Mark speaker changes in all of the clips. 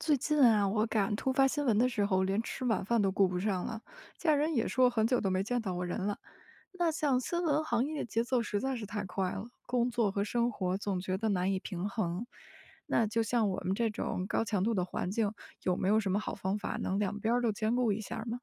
Speaker 1: 最近啊，我赶突发新闻的时候，连吃晚饭都顾不上了。家人也说很久都没见到我人了。那像新闻行业节奏实在是太快了，工作和生活总觉得难以平衡。那就像我们这种高强度的环境，有没有什么好方法能两边儿都兼顾一下儿吗？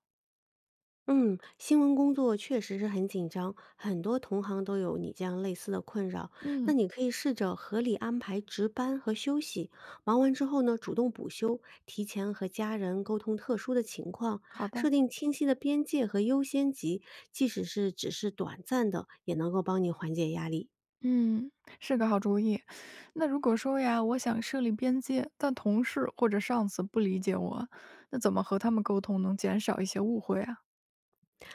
Speaker 2: 嗯，新闻工作确实是很紧张，很多同行都有你这样类似的困扰。那
Speaker 1: 嗯，
Speaker 2: 你可以试着合理安排值班和休息，忙完之后呢，主动补休，提前和家人沟通特殊的情况，
Speaker 1: 好的，
Speaker 2: 设定清晰的边界和优先级，即使是只是短暂的，也能够帮你缓解压力。
Speaker 1: 嗯，是个好主意。那如果说呀，我想设立边界，但同事或者上司不理解我，那怎么和他们沟通能减少一些误会啊？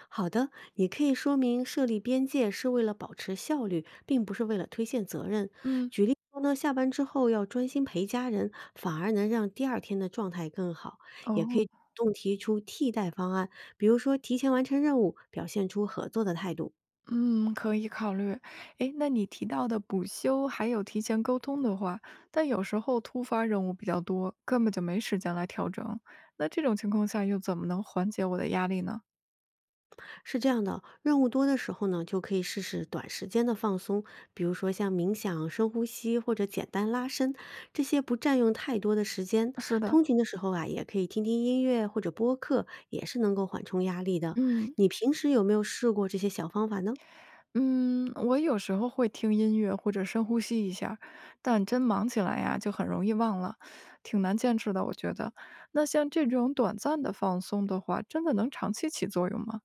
Speaker 2: 好的，你可以说明设立边界是为了保持效率，并不是为了推卸责任。
Speaker 1: 嗯。
Speaker 2: 举例说呢，下班之后要专心陪家人，反而能让第二天的状态更好。也可以
Speaker 1: 哦，
Speaker 2: 主动提出替代方案，比如说提前完成任务，表现出合作的态度。
Speaker 1: 嗯，可以考虑。诶，那你提到的补休还有提前沟通的话，但有时候突发任务比较多，根本就没时间来调整。那这种情况下又怎么能缓解我的压力呢？
Speaker 2: 是这样的，任务多的时候呢，就可以试试短时间的放松，比如说像冥想、深呼吸或者简单拉伸，这些不占用太多的时间。
Speaker 1: 是的，
Speaker 2: 通勤的时候啊，也可以听听音乐或者播客，也是能够缓冲压力的。
Speaker 1: 嗯
Speaker 2: 你平时有没有试过这些小方法呢？
Speaker 1: 嗯，我有时候会听音乐或者深呼吸一下，但真忙起来呀，就很容易忘了，挺难坚持的，我觉得。那像这种短暂的放松的话，真的能长期起作用吗？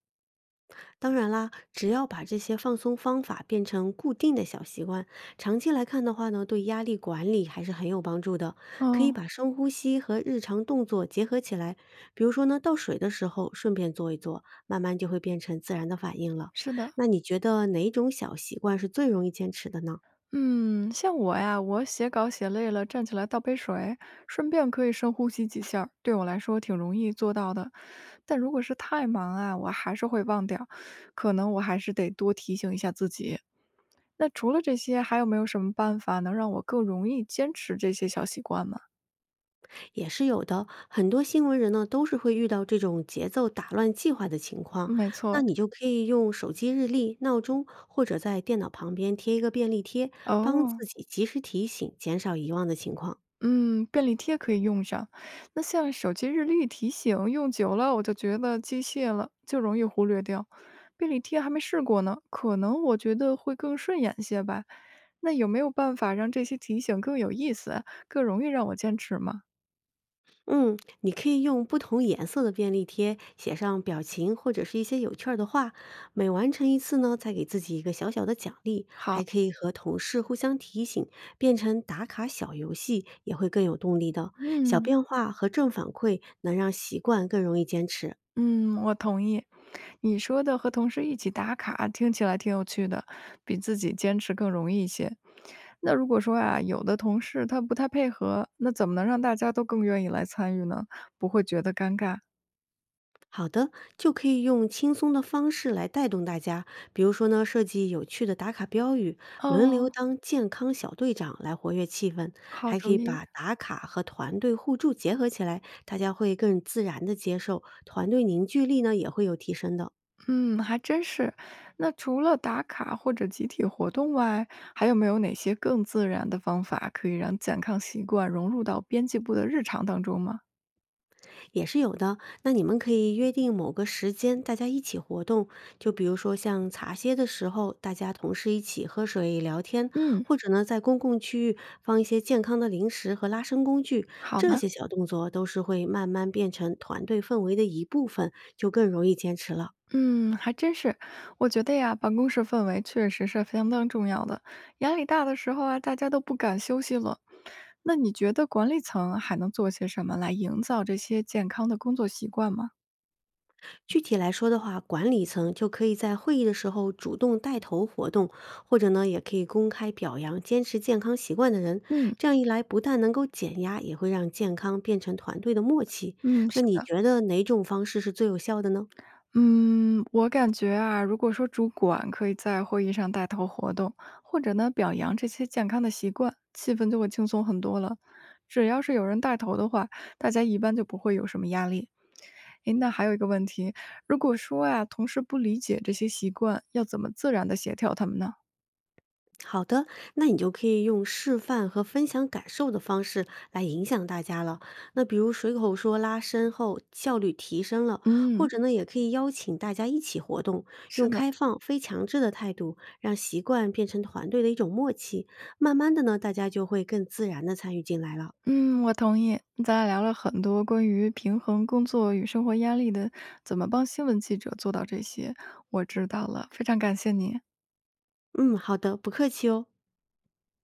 Speaker 2: 当然啦，只要把这些放松方法变成固定的小习惯，长期来看的话呢，对压力管理还是很有帮助的。可以
Speaker 1: 嗯，
Speaker 2: 把深呼吸和日常动作结合起来，比如说呢，倒水的时候顺便做一做，慢慢就会变成自然的反应了。
Speaker 1: 是的。
Speaker 2: 那你觉得哪种小习惯是最容易坚持的呢？
Speaker 1: 嗯，像我呀，我写稿写累了，站起来倒杯水，顺便可以深呼吸几下儿对我来说挺容易做到的。但如果是太忙啊，我还是会忘掉，可能我还是得多提醒一下自己。那除了这些，还有没有什么办法能让我更容易坚持这些小习惯吗？
Speaker 2: 也是有的。很多新闻人呢，都是会遇到这种节奏打乱计划的情况。
Speaker 1: 嗯没
Speaker 2: 那
Speaker 1: 错，
Speaker 2: 你就可以用手机日历、闹钟，或者在电脑旁边贴一个便利贴，帮
Speaker 1: 哦，
Speaker 2: 自己及时提醒，减少遗忘的情况。
Speaker 1: 嗯，便利贴可以用上。那像手机日历提醒，用久了我就觉得机械了，就容易忽略掉。便利贴还没试过呢，可能我觉得会更顺眼些吧。那有没有办法让这些提醒更有意思，更容易让我坚持吗？
Speaker 2: 嗯，你可以用不同颜色的便利贴写上表情或者是一些有趣儿的话，每完成一次呢，再给自己一个小小的奖励，还
Speaker 1: 好，
Speaker 2: 可以和同事互相提醒，变成打卡小游戏，也会更有动力的。小
Speaker 1: 嗯。
Speaker 2: 变化和正反馈能让习惯更容易坚持。
Speaker 1: 嗯，我同意。你说的和同事一起打卡听起来挺有趣的，比自己坚持更容易一些。那如果说啊，有的同事他不太配合，那怎么能让大家都更愿意来参与呢？不会觉得尴尬？
Speaker 2: 好的，就可以用轻松的方式来带动大家，比如说呢，设计有趣的打卡标语，轮流
Speaker 1: 哦，
Speaker 2: 当健康小队长来活跃气氛，
Speaker 1: 好
Speaker 2: 还可
Speaker 1: 主
Speaker 2: 以
Speaker 1: 意。
Speaker 2: 把打卡和团队互助结合起来，大家会更自然的接受，团队凝聚力呢也会有提升的。
Speaker 1: 嗯，还真是。那除了打卡或者集体活动外，还有没有哪些更自然的方法可以让健康习惯融入到编辑部的日常当中吗？
Speaker 2: 也是有的。那你们可以约定某个时间，大家一起活动，就比如说像茶歇的时候，大家同事一起喝水聊天，
Speaker 1: 嗯，
Speaker 2: 或者呢，在公共区域放一些健康的零食和拉伸工具，
Speaker 1: 好
Speaker 2: 这
Speaker 1: 的。
Speaker 2: 些小动作都是会慢慢变成团队氛围的一部分，就更容易坚持了。
Speaker 1: 嗯，还真是。我觉得呀，办公室氛围确实是相当重要的。压力大的时候啊，大家都不敢休息了。那你觉得管理层还能做些什么来营造这些健康的工作习惯吗？
Speaker 2: 具体来说的话，管理层就可以在会议的时候主动带头活动，或者呢，也可以公开表扬坚持健康习惯的人。
Speaker 1: 嗯
Speaker 2: 这样一来，不但能够减压，也会让健康变成团队的默契。
Speaker 1: 嗯，
Speaker 2: 那
Speaker 1: 是
Speaker 2: 你
Speaker 1: 的。
Speaker 2: 觉得哪种方式是最有效的呢？
Speaker 1: 嗯，我感觉啊，如果说主管可以在会议上带头活动，或者呢表扬这些健康的习惯，气氛就会轻松很多了。只要是有人带头的话，大家一般就不会有什么压力。诶，那还有一个问题，如果说啊，同事不理解这些习惯，要怎么自然的协调他们呢？
Speaker 2: 好的，那你就可以用示范和分享感受的方式来影响大家了。那比如随口说拉伸后效率提升了，或
Speaker 1: 嗯，
Speaker 2: 者呢，也可以邀请大家一起活动，
Speaker 1: 是
Speaker 2: 用
Speaker 1: 的，
Speaker 2: 开放、非强制的态度，让习惯变成团队的一种默契。慢慢的呢，大家就会更自然的参与进来了。
Speaker 1: 嗯，我同意。咱俩聊了很多关于平衡工作与生活压力的，怎么帮新闻记者做到这些，我知道了，非常感谢你。
Speaker 2: 嗯，好的，不客气哦。